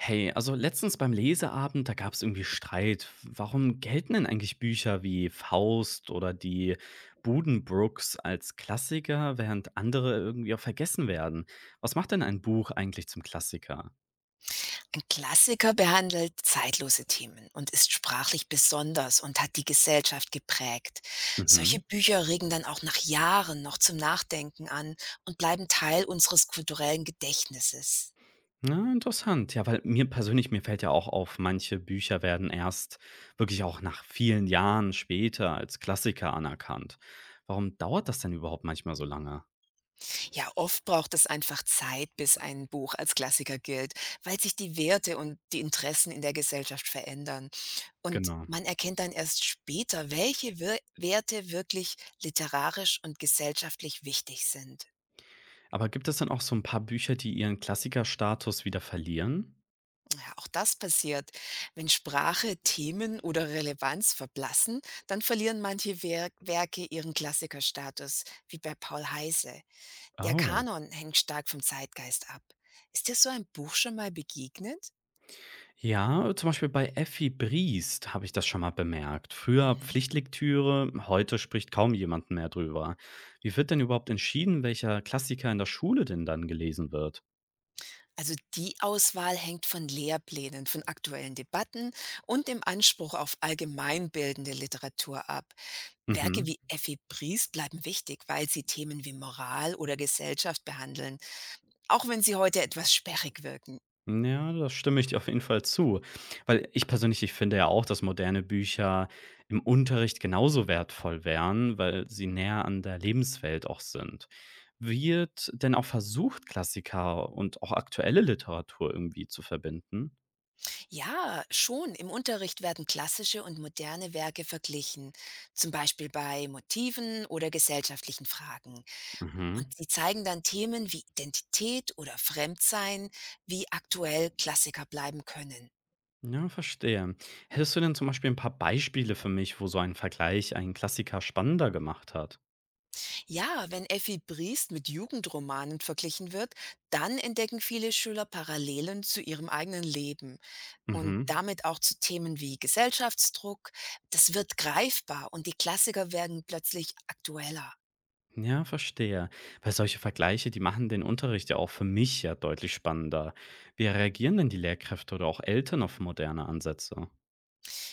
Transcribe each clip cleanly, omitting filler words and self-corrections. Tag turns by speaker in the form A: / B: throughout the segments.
A: Hey, also letztens beim Leseabend, da gab es irgendwie Streit. Warum gelten denn eigentlich Bücher wie Faust oder die Budenbrooks als Klassiker, während andere irgendwie auch vergessen werden? Was macht denn ein Buch eigentlich zum Klassiker?
B: Ein Klassiker behandelt zeitlose Themen und ist sprachlich besonders und hat die Gesellschaft geprägt.
A: Mhm.
B: Solche Bücher regen dann auch nach Jahren noch zum Nachdenken an und bleiben Teil unseres kulturellen Gedächtnisses.
A: Na, interessant. Ja, weil mir persönlich, mir fällt ja auch auf, manche Bücher werden erst wirklich auch nach vielen Jahren später als Klassiker anerkannt. Warum dauert das denn überhaupt manchmal so lange?
B: Ja, oft braucht es einfach Zeit, bis ein Buch als Klassiker gilt, weil sich die Werte und die Interessen in der Gesellschaft verändern. Und
A: Genau.
B: man erkennt dann erst später, welche Wir Werte wirklich literarisch und gesellschaftlich wichtig sind.
A: Aber gibt es dann auch so ein paar Bücher, die ihren Klassikerstatus wieder verlieren?
B: Ja, auch das passiert. Wenn Sprache, Themen oder Relevanz verblassen, dann verlieren manche Werke ihren Klassikerstatus, wie bei Paul Heise. Der
A: Oh.
B: Kanon hängt stark vom Zeitgeist ab. Ist dir so ein Buch schon mal begegnet?
A: Ja, zum Beispiel bei Effi Briest habe ich das schon mal bemerkt. Früher
B: Mhm.
A: Pflichtlektüre, heute spricht kaum jemand mehr drüber. Wie wird denn überhaupt entschieden, welcher Klassiker in der Schule denn dann gelesen wird?
B: Also die Auswahl hängt von Lehrplänen, von aktuellen Debatten und dem Anspruch auf allgemeinbildende Literatur ab. Werke
A: Mhm.
B: wie Effi Briest bleiben wichtig, weil sie Themen wie Moral oder Gesellschaft behandeln. Auch wenn sie heute etwas sperrig wirken.
A: Ja, da stimme ich dir auf jeden Fall zu. Weil ich persönlich ich finde ja auch, dass moderne Bücher im Unterricht genauso wertvoll wären, weil sie näher an der Lebenswelt auch sind. Wird denn auch versucht, Klassiker und auch aktuelle Literatur irgendwie zu verbinden?
B: Ja, schon. Im Unterricht werden klassische und moderne Werke verglichen, zum Beispiel bei Motiven oder gesellschaftlichen Fragen. Und
A: Mhm.
B: sie zeigen dann Themen wie Identität oder Fremdsein, wie aktuell Klassiker bleiben können.
A: Ja, verstehe. Hättest du denn zum Beispiel ein paar Beispiele für mich, wo so ein Vergleich einen Klassiker spannender gemacht hat?
B: Ja, wenn Effi Briest mit Jugendromanen verglichen wird, dann entdecken viele Schüler Parallelen zu ihrem eigenen Leben und
A: Mhm.
B: damit auch zu Themen wie Gesellschaftsdruck. Das wird greifbar und die Klassiker werden plötzlich aktueller.
A: Ja, verstehe. Weil solche Vergleiche, die machen den Unterricht ja auch für mich ja deutlich spannender. Wie reagieren denn die Lehrkräfte oder auch Eltern auf moderne Ansätze?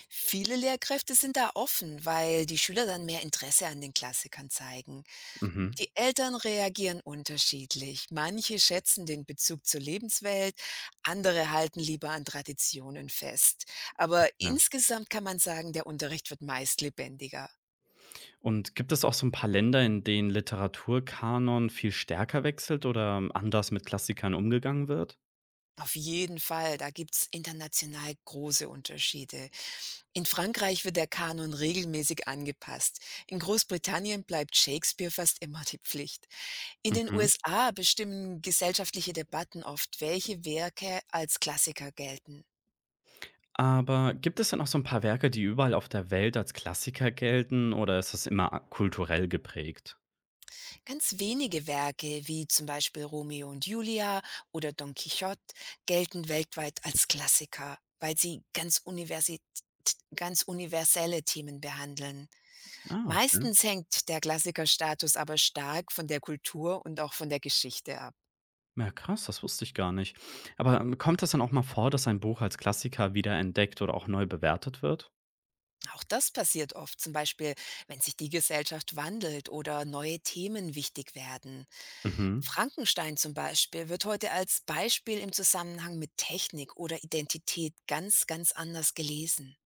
B: Viele Lehrkräfte sind da offen, weil die Schüler dann mehr Interesse an den Klassikern zeigen.
A: Mhm.
B: Die Eltern reagieren unterschiedlich. Manche schätzen den Bezug zur Lebenswelt, andere halten lieber an Traditionen fest. Aber
A: Ja.
B: insgesamt kann man sagen, der Unterricht wird meist lebendiger.
A: Und gibt es auch so ein paar Länder, in denen Literaturkanon viel stärker wechselt oder anders mit Klassikern umgegangen wird?
B: Auf jeden Fall, da gibt's international große Unterschiede. In Frankreich wird der Kanon regelmäßig angepasst. In Großbritannien bleibt Shakespeare fast immer die Pflicht. In den
A: Mhm.
B: USA bestimmen gesellschaftliche Debatten oft, welche Werke als Klassiker gelten.
A: Aber gibt es denn auch so ein paar Werke, die überall auf der Welt als Klassiker gelten oder ist das immer kulturell geprägt?
B: Ganz wenige Werke, wie zum Beispiel Romeo und Julia oder Don Quixote, gelten weltweit als Klassiker, weil sie ganz universelle Themen behandeln.
A: Ah, okay.
B: Meistens hängt der Klassikerstatus aber stark von der Kultur und auch von der Geschichte ab.
A: Ja, krass, das wusste ich gar nicht. Aber kommt das dann auch mal vor, dass ein Buch als Klassiker wiederentdeckt oder auch neu bewertet wird?
B: Auch das passiert oft, zum Beispiel, wenn sich die Gesellschaft wandelt oder neue Themen wichtig werden.
A: Mhm.
B: Frankenstein zum Beispiel wird heute als Beispiel im Zusammenhang mit Technik oder Identität ganz anders gelesen.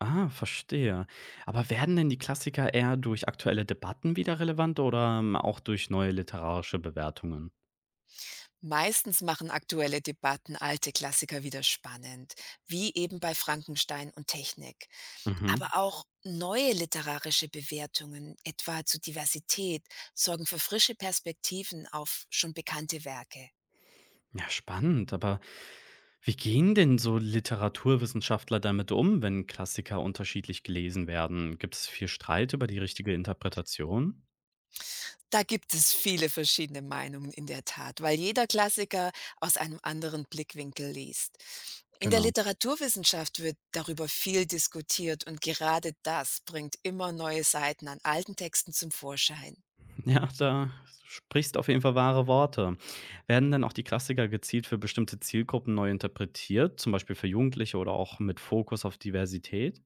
A: Ah, verstehe. Aber werden denn die Klassiker eher durch aktuelle Debatten wieder relevant oder auch durch neue literarische Bewertungen?
B: Meistens machen aktuelle Debatten alte Klassiker wieder spannend, wie eben bei Frankenstein und Technik.
A: Mhm.
B: Aber auch neue literarische Bewertungen, etwa zu Diversität, sorgen für frische Perspektiven auf schon bekannte Werke.
A: Ja, spannend. Aber wie gehen denn so Literaturwissenschaftler damit um, wenn Klassiker unterschiedlich gelesen werden? Gibt es viel Streit über die richtige Interpretation?
B: Da gibt es viele verschiedene Meinungen in der Tat, weil jeder Klassiker aus einem anderen Blickwinkel liest. In der
A: Genau.
B: Literaturwissenschaft wird darüber viel diskutiert und gerade das bringt immer neue Seiten an alten Texten zum Vorschein.
A: Ja, da sprichst auf jeden Fall wahre Worte. Werden denn auch die Klassiker gezielt für bestimmte Zielgruppen neu interpretiert, zum Beispiel für Jugendliche oder auch mit Fokus auf Diversität?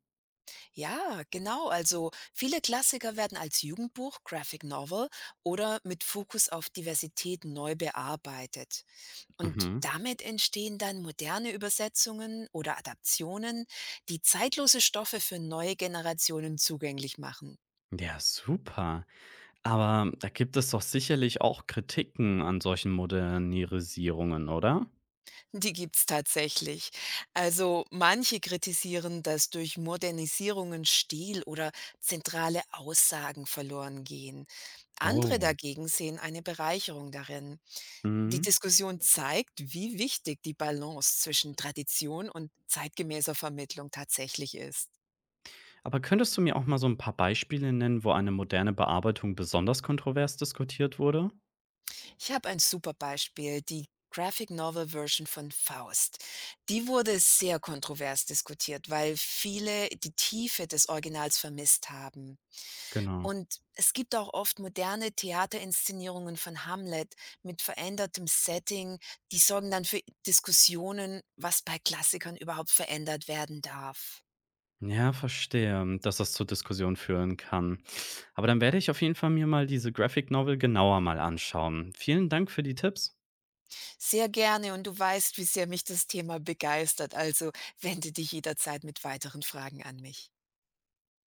B: Ja, genau, also viele Klassiker werden als Jugendbuch, Graphic Novel oder mit Fokus auf Diversität neu bearbeitet. Und
A: Mhm.
B: damit entstehen dann moderne Übersetzungen oder Adaptionen, die zeitlose Stoffe für neue Generationen zugänglich machen.
A: Ja, super. Aber da gibt es doch sicherlich auch Kritiken an solchen Modernisierungen, oder?
B: Die gibt's tatsächlich. Also manche kritisieren, dass durch Modernisierungen Stil oder zentrale Aussagen verloren gehen. Andere
A: Oh.
B: dagegen sehen eine Bereicherung darin. Die
A: Mhm.
B: Diskussion zeigt, wie wichtig die Balance zwischen Tradition und zeitgemäßer Vermittlung tatsächlich ist.
A: Aber könntest du mir auch mal so ein paar Beispiele nennen, wo eine moderne Bearbeitung besonders kontrovers diskutiert wurde?
B: Ich habe ein super Beispiel, die Graphic Novel Version von Faust. Die wurde sehr kontrovers diskutiert, weil viele die Tiefe des Originals vermisst haben.
A: Genau.
B: Und es gibt auch oft moderne Theaterinszenierungen von Hamlet mit verändertem Setting, die sorgen dann für Diskussionen, was bei Klassikern überhaupt verändert werden darf.
A: Ja, verstehe, dass das zur Diskussion führen kann. Aber dann werde ich auf jeden Fall mir mal diese Graphic Novel genauer mal anschauen. Vielen Dank für die Tipps.
B: Sehr gerne und du weißt, wie sehr mich das Thema begeistert, also wende dich jederzeit mit weiteren Fragen an mich.